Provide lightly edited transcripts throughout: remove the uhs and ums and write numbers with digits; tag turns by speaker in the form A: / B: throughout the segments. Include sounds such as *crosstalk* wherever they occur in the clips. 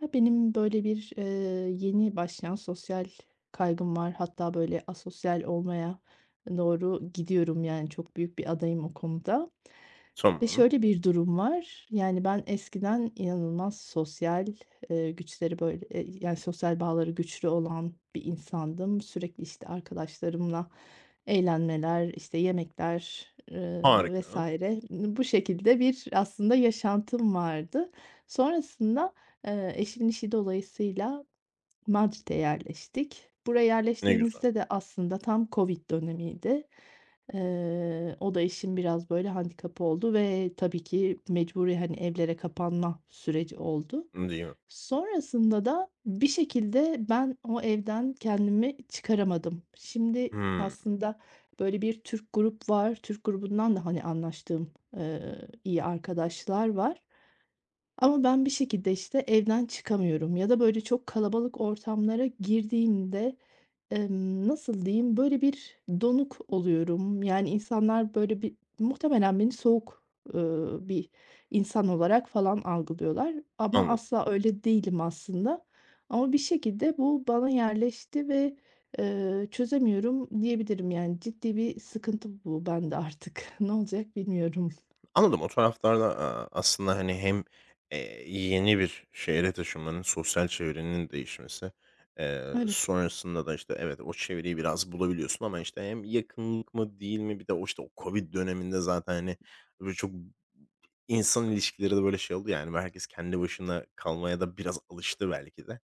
A: Ya, benim böyle bir, yeni başlayan sosyal kaygım var. Hatta böyle asosyal olmaya doğru gidiyorum, yani, çok büyük bir adayım o konuda ve
B: Tamam,
A: şöyle bir durum var. Yani, ben eskiden inanılmaz sosyal, güçleri böyle, yani, sosyal bağları güçlü olan bir insandım. Sürekli, işte, arkadaşlarımla eğlenmeler, işte, yemekler,
B: harika.
A: vs. bu şekilde bir aslında yaşantım vardı. Sonrasında eşimin işi dolayısıyla Madrid'e yerleştik. Buraya
B: Ne güzel,
A: yerleştiğimizde de aslında tam COVID dönemiydi. O da işin biraz böyle handikapı oldu ve tabii ki mecburi hani evlere kapanma süreci oldu.
B: değil mi?
A: Sonrasında da bir şekilde ben o evden kendimi çıkaramadım. Şimdi
B: Hımm,
A: aslında böyle bir Türk grup var. Türk grubundan da hani anlaştığım iyi arkadaşlar var. Ama ben bir şekilde, işte, evden çıkamıyorum ya da böyle çok kalabalık ortamlara girdiğimde, nasıl diyeyim, böyle bir donuk oluyorum. Yani insanlar böyle bir muhtemelen beni soğuk, bir insan olarak falan algılıyorlar ama
B: anladım.
A: asla öyle değilim aslında. Ama bir şekilde bu bana yerleşti ve, çözemiyorum diyebilirim. Yani ciddi bir sıkıntı bu bende artık. *laughs* Ne olacak bilmiyorum.
B: Anladım, o taraflarda, aslında, hani, hem, yeni bir şehre taşınmanın, sosyal çevrenin değişmesi,
A: Evet,
B: sonrasında da, işte, evet, o çevreyi biraz bulabiliyorsun ama, işte, hem yakınlık mı değil mi bir de o, işte, o COVID döneminde zaten, hani, böyle, çok insan ilişkileri de, böyle, şey oldu ya, hani, herkes kendi başına kalmaya da biraz alıştı belki de.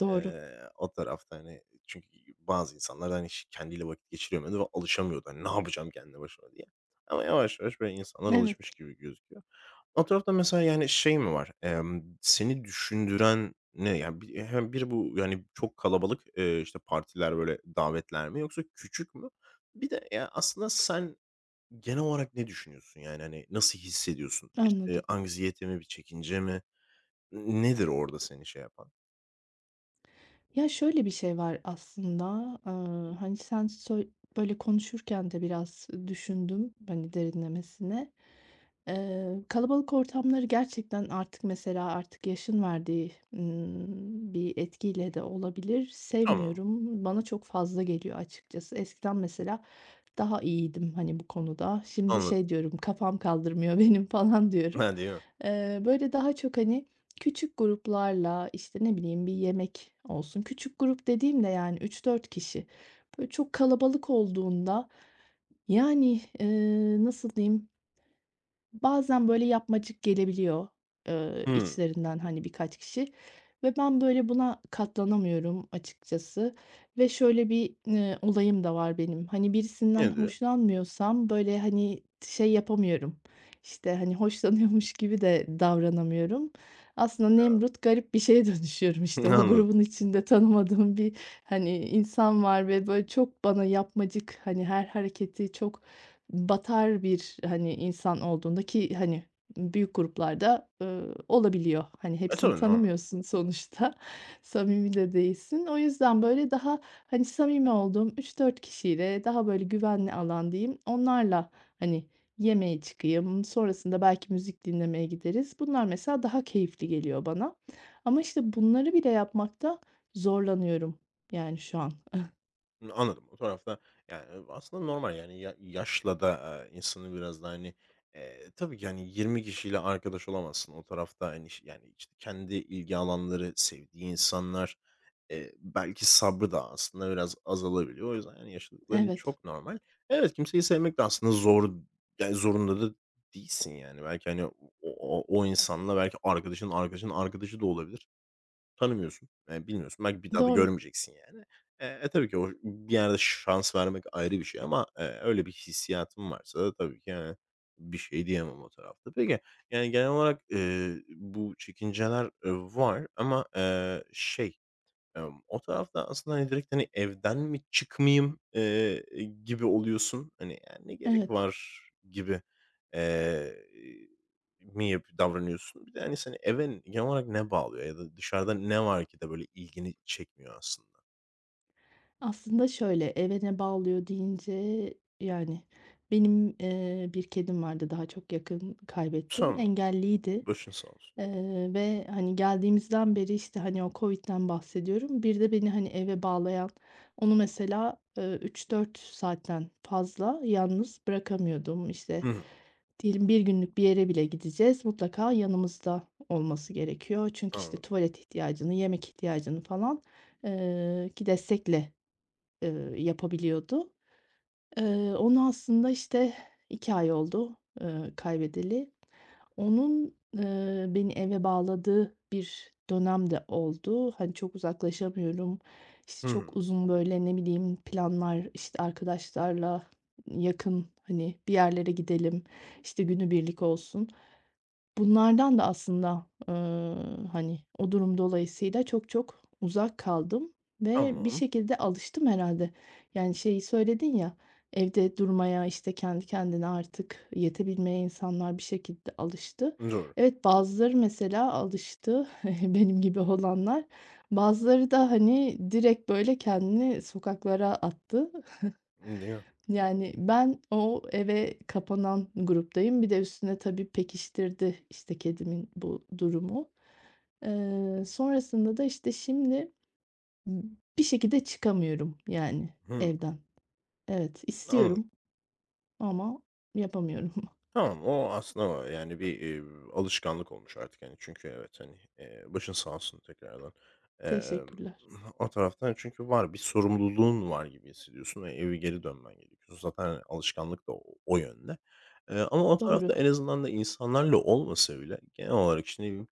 A: doğru.
B: O tarafta, hani, çünkü bazı insanlar, hani, kendiyle vakit geçiremiyordu ve alışamıyordu. Hani, "Ne yapacağım kendi başıma?" diye. Ama yavaş yavaş böyle insanlar
A: Evet,
B: alışmış gibi gözüküyor. O tarafta mesela, yani, şey mi var? Seni düşündüren ne? Yani bi hem bir bu, yani, çok kalabalık, işte, partiler, böyle davetler mi yoksa küçük mü? Bir de, ya, aslında sen genel olarak ne düşünüyorsun? Yani, hani, nasıl hissediyorsun? Bir,
A: anladım.
B: anksiyete mi, bir çekince mi? Nedir orada seni şey yapan?
A: Ya, şöyle bir şey var aslında, hani, sen söy böyle konuşurken de biraz düşündüm, hani, derinlemesine. Kalabalık ortamları gerçekten artık mesela artık yaşın verdiği, bir etkiyle de olabilir,
B: Tamam,
A: sevmiyorum. Bana çok fazla geliyor açıkçası. Eskiden mesela daha iyiydim, hani, bu konuda. Şimdi
B: anladım. *laughs*
A: şey diyorum, kafam kaldırmıyor benim *laughs* falan diyorum.
B: Ha, değil mi?
A: Böyle daha çok, hani, küçük gruplarla, işte, ne bileyim, bir yemek olsun. Küçük grup dediğimde yani, üç dört kişi. Böyle çok kalabalık olduğunda, yani, nasıl diyeyim, bazen böyle yapmacık gelebiliyor,
B: Hımm.
A: içlerinden, hani, birkaç kişi ve ben böyle buna katlanamıyorum açıkçası ve şöyle bir, olayım da var benim. Hani, birisinden
B: Nedir?
A: hoşlanmıyorsam böyle, hani, şey yapamıyorum, işte, hani, hoşlanıyormuş gibi de davranamıyorum. Aslında Nemrut garip bir şeye *laughs* dönüşüyorum,
B: *laughs*
A: işte,
B: Hıı,
A: o
B: anladım.
A: grubun içinde tanımadığım bir, hani, insan var ve böyle çok bana yapmacık, hani, her hareketi çok batar bir, hani, insan olduğunda ki, hani, büyük gruplarda, olabiliyor. Hani,
B: E,
A: hepsini
B: tabii normal.
A: tanımıyorsun sonuçta, *laughs* samimi de değilsin. O yüzden, böyle, daha, hani, samimi olduğum üç dört kişiyle daha, böyle, güvenli alan diyeyim, onlarla, hani, yemeğe çıkayım, sonrasında belki müzik dinlemeye gideriz. Bunlar mesela daha keyifli geliyor bana ama, işte, bunları bile yapmakta zorlanıyorum, yani, şu an.
B: Hımm, anladım. O tarafta, yani, aslında normal, yani, ya yaşla da, insanı biraz da, hani, tabii ki, hani, 20 kişiyle arkadaş olamazsın. O tarafta, hani, yani, işte, kendi ilgi alanları, sevdiği insanlar, belki sabrı da aslında biraz azalabiliyor. O yüzden, yani yaşadıkların
A: Evet,
B: çok normal. Evet, kimseyi sevmek de aslında zor, yani, zorunda da değilsin, yani. Belki, hani, o insanla belki arkadaşının arkadaşının arkadaşı da olabilir. Tanımıyorsun, bilmiyorsun. Belki bir daha da
A: doğru.
B: görmeyeceksin yani. Tabii ki o bir yerde şans vermek ayrı bir şey ama, öyle bir hissiyatım varsa da tabii ki, yani, bir şey diyemem o tarafta. Peki, yani, genel olarak, bu çekinceler, var ama, şey. O tarafta aslında, hani, direkt, hani, evden mi çıkmayayım, gibi oluyorsun. Hani, ya, ne gerek
A: Evet,
B: var gibi, eee, mi davranıyorsun. Bir de, hani, seni eve genel olarak ne bağlıyor ya da dışarıda ne var ki de böyle ilgini çekmiyor aslında?
A: aslında şöyle, "Eve ne bağlıyor?" deyince, yani, benim, bir kedim vardı, daha çok yakın kaybettim.
B: Tamam,
A: Engelliydi,
B: başın sağ olsun.
A: ve, hani, geldiğimizden beri, işte, hani, o COVID'den bahsediyorum. Bir de beni, hani, eve bağlayan, onu mesela, 3-4 saatten fazla yalnız bırakamıyordum.
B: Hı
A: İşte,
B: hı,
A: diyelim bir günlük bir yere bile gideceğiz, mutlaka yanımızda olması gerekiyor. Çünkü, işte,
B: anladım.
A: tuvalet ihtiyacını, yemek ihtiyacını falan, ki destekle yapabiliyordu. Onu aslında, işte, 2 ay oldu, kaybedeli. Onun, beni eve bağladığı bir dönem de oldu. Hani, çok uzaklaşamıyorum. İşte,
B: Hı
A: çok
B: hı,
A: uzun, böyle, ne bileyim, planlar, işte, arkadaşlarla yakın, hani, bir yerlere gidelim, işte, günübirlik olsun. Bunlardan da aslında, hani, o durum dolayısıyla çok çok uzak kaldım ve bir
B: tamam.
A: şekilde alıştım herhâlde. Yani, şeyi söyledin ya, evde durmaya, işte, kendi kendine artık yetebilmeye insanlar bir şekilde alıştı.
B: Doğru,
A: Evet, bazıları mesela alıştı, *laughs* benim gibi olanlar. Bazıları da, hani, direkt böyle kendini sokaklara attı.
B: değil mi?
A: Yani, ben o eve kapanan gruptayım. Bir de üstüne tabii pekiştirdi, işte, kedimin bu durumu. Sonrasında da, işte, şimdi bir şekilde çıkamıyorum, yani,
B: Hıı,
A: evden. Evet,
B: anladım.
A: istiyorum ama yapamıyorum. *laughs*
B: Tamam, o aslında yani bir, alışkanlık olmuş artık, yani çünkü evet, hani, başın sağ olsun tekrardan. Emm,
A: Teşekkürler.
B: O taraftan çünkü var, bir sorumluluğun var gibi hissediyorsun ve eve geri dönmen gerekiyor. Zaten alışkanlık da o yönde. Ama o tarafta
A: Doğru,
B: en azından da insanlarla olmasa bile genel olarak, işte,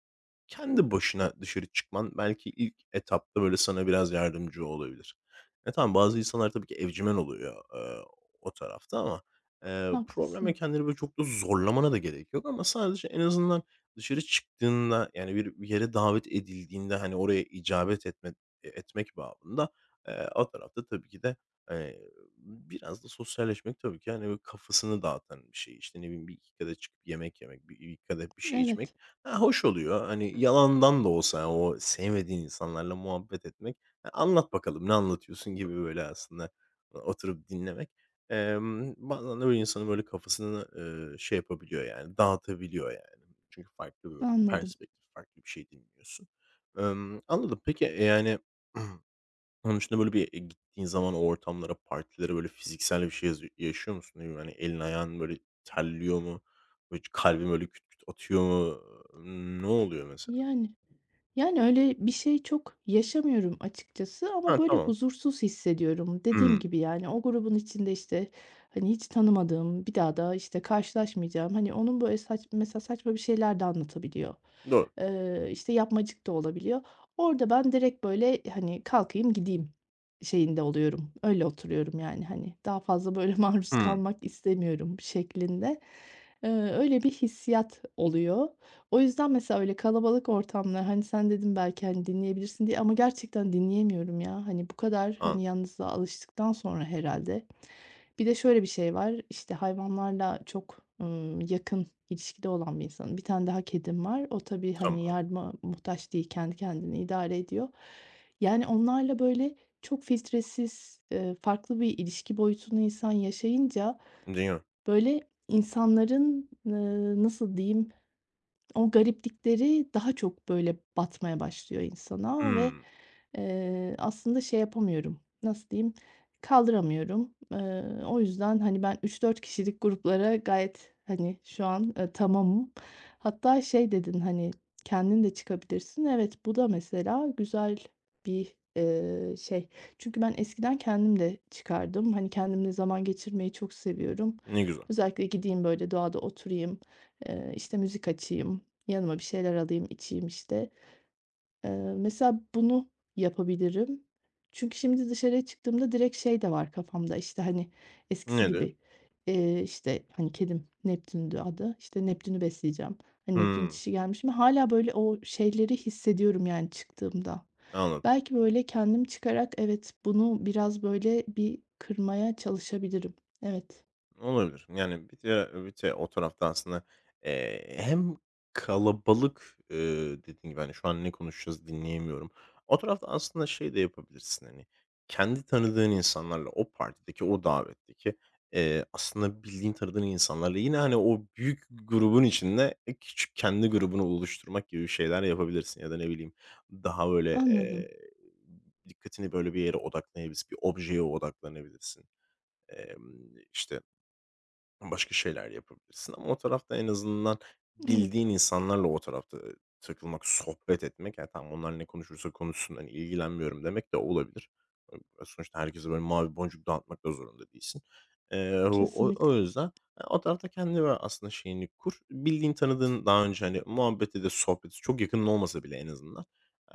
B: kendi başına dışarı çıkman belki ilk etapta, böyle, sana biraz yardımcı olabilir. E, tamam, bazı insanlar tabii ki evcimen oluyor, o tarafta ama, probleme
A: haklısın.
B: kendini, böyle, çok da zorlamana da gerek yok ama sadece en azından dışarı çıktığında, yani, bir yere davet edildiğinde, hani, oraya icabet etme e etmek bağında o tarafta tabii ki de, eee, biraz da sosyalleşmek tabii ki, hani, böyle, kafasını dağıtan bir şey. İşte, ne bileyim, bir iki kadeh çıkıp yemek yemek, bir iki kadeh bir şey
A: Evet,
B: içmek. Ha, hoş oluyor. Hani, yalandan da olsa yani o sevmediğin insanlarla muhabbet etmek, "E, anlat bakalım, ne anlatıyorsun?" gibi böyle aslında oturup dinlemek, bazen de böyle insanın böyle kafasını, şey yapabiliyor yani, dağıtabiliyor yani. Çünkü farklı böyle
A: anladım.
B: perspektif, farklı bir şey dinliyorsun. Anladım. Peki, yani *clears throat* onun dışında, böyle, bir, gittiğin zaman o ortamlara, partilere, böyle, fiziksel bir şey yaşıyor musun? Ne bileyim, hani, elin ayağın, böyle, terliyor mu? Böyle, kalbin, böyle, küt küt atıyor mu? Ne oluyor mesela?
A: Yani. Yani, öyle bir şey çok yaşamıyorum açıkçası ama
B: Ha,
A: böyle
B: tamam.
A: huzursuz hissediyorum. Dediğim
B: Hımm.
A: gibi, yani, o grubun içinde, işte, hani, hiç tanımadığım, bir daha da, işte, karşılaşmayacağım, hani, onun böyle mesela saçma bir şeyler de anlatabiliyor.
B: Doğru.
A: İşte, yapmacık da olabiliyor. Orada ben direkt böyle, hani, kalkayım gideyim şeyinde oluyorum. Öyle oturuyorum, yani, hani, daha fazla böyle *laughs* maruz
B: Hımm.
A: kalmak istemiyorum şeklinde. Öyle bir hissiyat oluyor. O yüzden mesela öyle kalabalık ortamlar, hani, sen dedin belki, hani, dinleyebilirsin diye ama gerçekten dinleyemiyorum ya. Hani, bu kadar, hani,
B: Anladım.
A: yalnızlığa alıştıktan sonra herhalde. Bir de şöyle bir şey var, işte, hayvanlarla çok, yakın ilişkide olan bir insanım. Bir tane daha kedim var. O tabii, hani,
B: Tamam.
A: yardıma muhtaç değil, kendi kendini idare ediyor. Yani, onlarla böyle çok filtresiz, farklı bir ilişki boyutunu insan yaşayınca,
B: Değil mi?
A: böyle, insanların, nasıl diyeyim, o gariplikleri daha çok böyle batmaya başlıyor insana ve, aslında şey yapamıyorum, nasıl diyeyim, kaldıramıyorum. O yüzden, hani, ben üç dört kişilik gruplara gayet, hani, şu an, tamamım. Hatta şey dedin, hani, kendin de çıkabilirsin. Evet, bu da mesela güzel bir, şey. Çünkü ben eskiden kendim de çıkardım. Hani, kendimle zaman geçirmeyi çok seviyorum.
B: Ne güzel.
A: Özellikle gideyim böyle doğada oturayım, işte, müzik açayım, yanıma bir şeyler alayım, içeyim, işte. Eee, mesela bunu yapabilirim. Çünkü şimdi dışarıya çıktığımda direkt şey de var kafamda, işte, hani, eskisi
B: Nedir?
A: gibi, işte, hani, kedim Neptün'dü adı. İşte, Neptün'ü besleyeceğim. Hani, Neptün
B: Hımm.
A: dişi gelmiş mi? Hala böyle, o şeyleri hissediyorum, yani, çıktığımda.
B: Anladım.
A: Belki, böyle, kendim çıkarak evet, bunu biraz, böyle, bir kırmaya çalışabilirim. Evet,
B: Olabilir. Yani bir de o tarafta aslında, hem kalabalık, dediğin gibi, hani, şu an ne konuşacağız dinleyemiyorum. O tarafta aslında şey de yapabilirsin, hani, kendi tanıdığın insanlarla o partideki, o davetteki, aslında bildiğin, tanıdığın insanlarla yine, hani, o büyük grubun içinde küçük kendi grubunu oluşturmak gibi şeyler yapabilirsin ya da ne bileyim daha böyle,
A: anladım.
B: dikkatini böyle bir yere odaklayabilirsin. Bir objeye odaklanabilirsin. İşte başka şeyler yapabilirsin ama o tarafta en azından bildiğin
A: Evet,
B: insanlarla o tarafta takılmak, sohbet etmek, yani tamam, onlar ne konuşursa konuşsun, hani, ilgilenmiyorum demek de olabilir. Sonuçta herkese böyle mavi boncuk dağıtmak da zorunda değilsin. O
A: kesinlikle.
B: o yüzden, o tarafta kendi böyle aslında şeyini kur. Bildiğin, tanıdığın daha önce, hani, muhabbeti de sohbeti çok yakın olmasa bile en azından,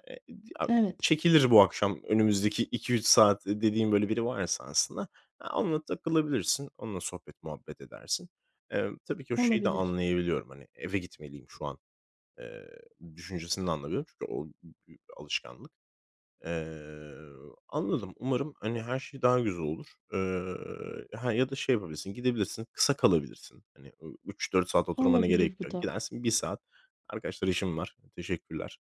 B: eee, ya,
A: Evet,
B: çekilir bu akşam önümüzdeki iki üç saat dediğin böyle biri varsa aslında onunla takılabilirsin, onunla sohbet muhabbet edersin. Tabii ki o şeyi de
A: olabilir.
B: anlayabiliyorum, hani, "Eve gitmeliyim şu an." eee, düşüncesini de anlayabiliyorum çünkü o büyük bir alışkanlık. Eee, Anladım. Umarım, hani, her şey daha güzel olur. Ha, ya da şey yapabilirsin, gidebilirsin, kısa kalabilirsin. Hani, üç dört saat oturmana gerek
A: Olabilir bu
B: yok.
A: da.
B: Gidersin bir saat, "Arkadaşlar işim var, teşekkürler."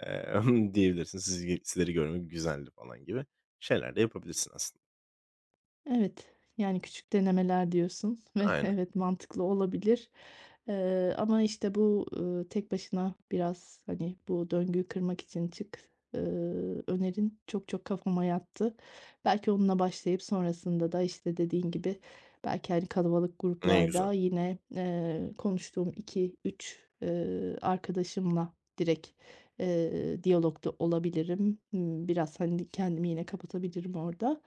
B: emm, *laughs* diyebilirsin. "Sizleri görmek güzeldi." falan gibi şeyler de yapabilirsin aslında.
A: Evet, yani küçük denemeler diyorsun *laughs* ve
B: Aynen.
A: evet mantıklı olabilir. Ama işte bu tek başına biraz hani bu döngüyü kırmak için çık eee, önerin çok çok kafama yattı. Belki onunla başlayıp sonrasında da işte dediğin gibi belki hani kalabalık
B: Ne güzel.
A: gruplarda yine konuştuğum 2-3 arkadaşımla direkt diyalogda olabilirim. Biraz hani kendimi yine kapatabilirim orada.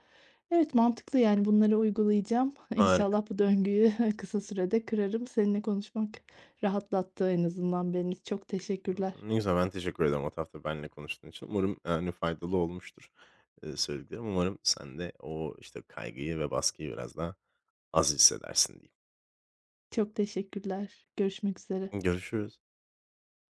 A: Evet mantıklı yani bunları uygulayacağım. *laughs*
B: Harika.
A: İnşallah bu döngüyü *laughs* kısa sürede kırarım. Seninle konuşmak rahatlattı en azından beni. Çok teşekkürler.
B: Ne güzel, ben teşekkür ederim o tarafta benimle konuştuğun için. Umarım, yani, faydalı olmuştur, söylediklerim. Umarım sen de o, işte, kaygıyı ve baskıyı biraz daha az hissedersin diyeyim.
A: Çok teşekkürler. Görüşmek üzere.
B: Görüşürüz.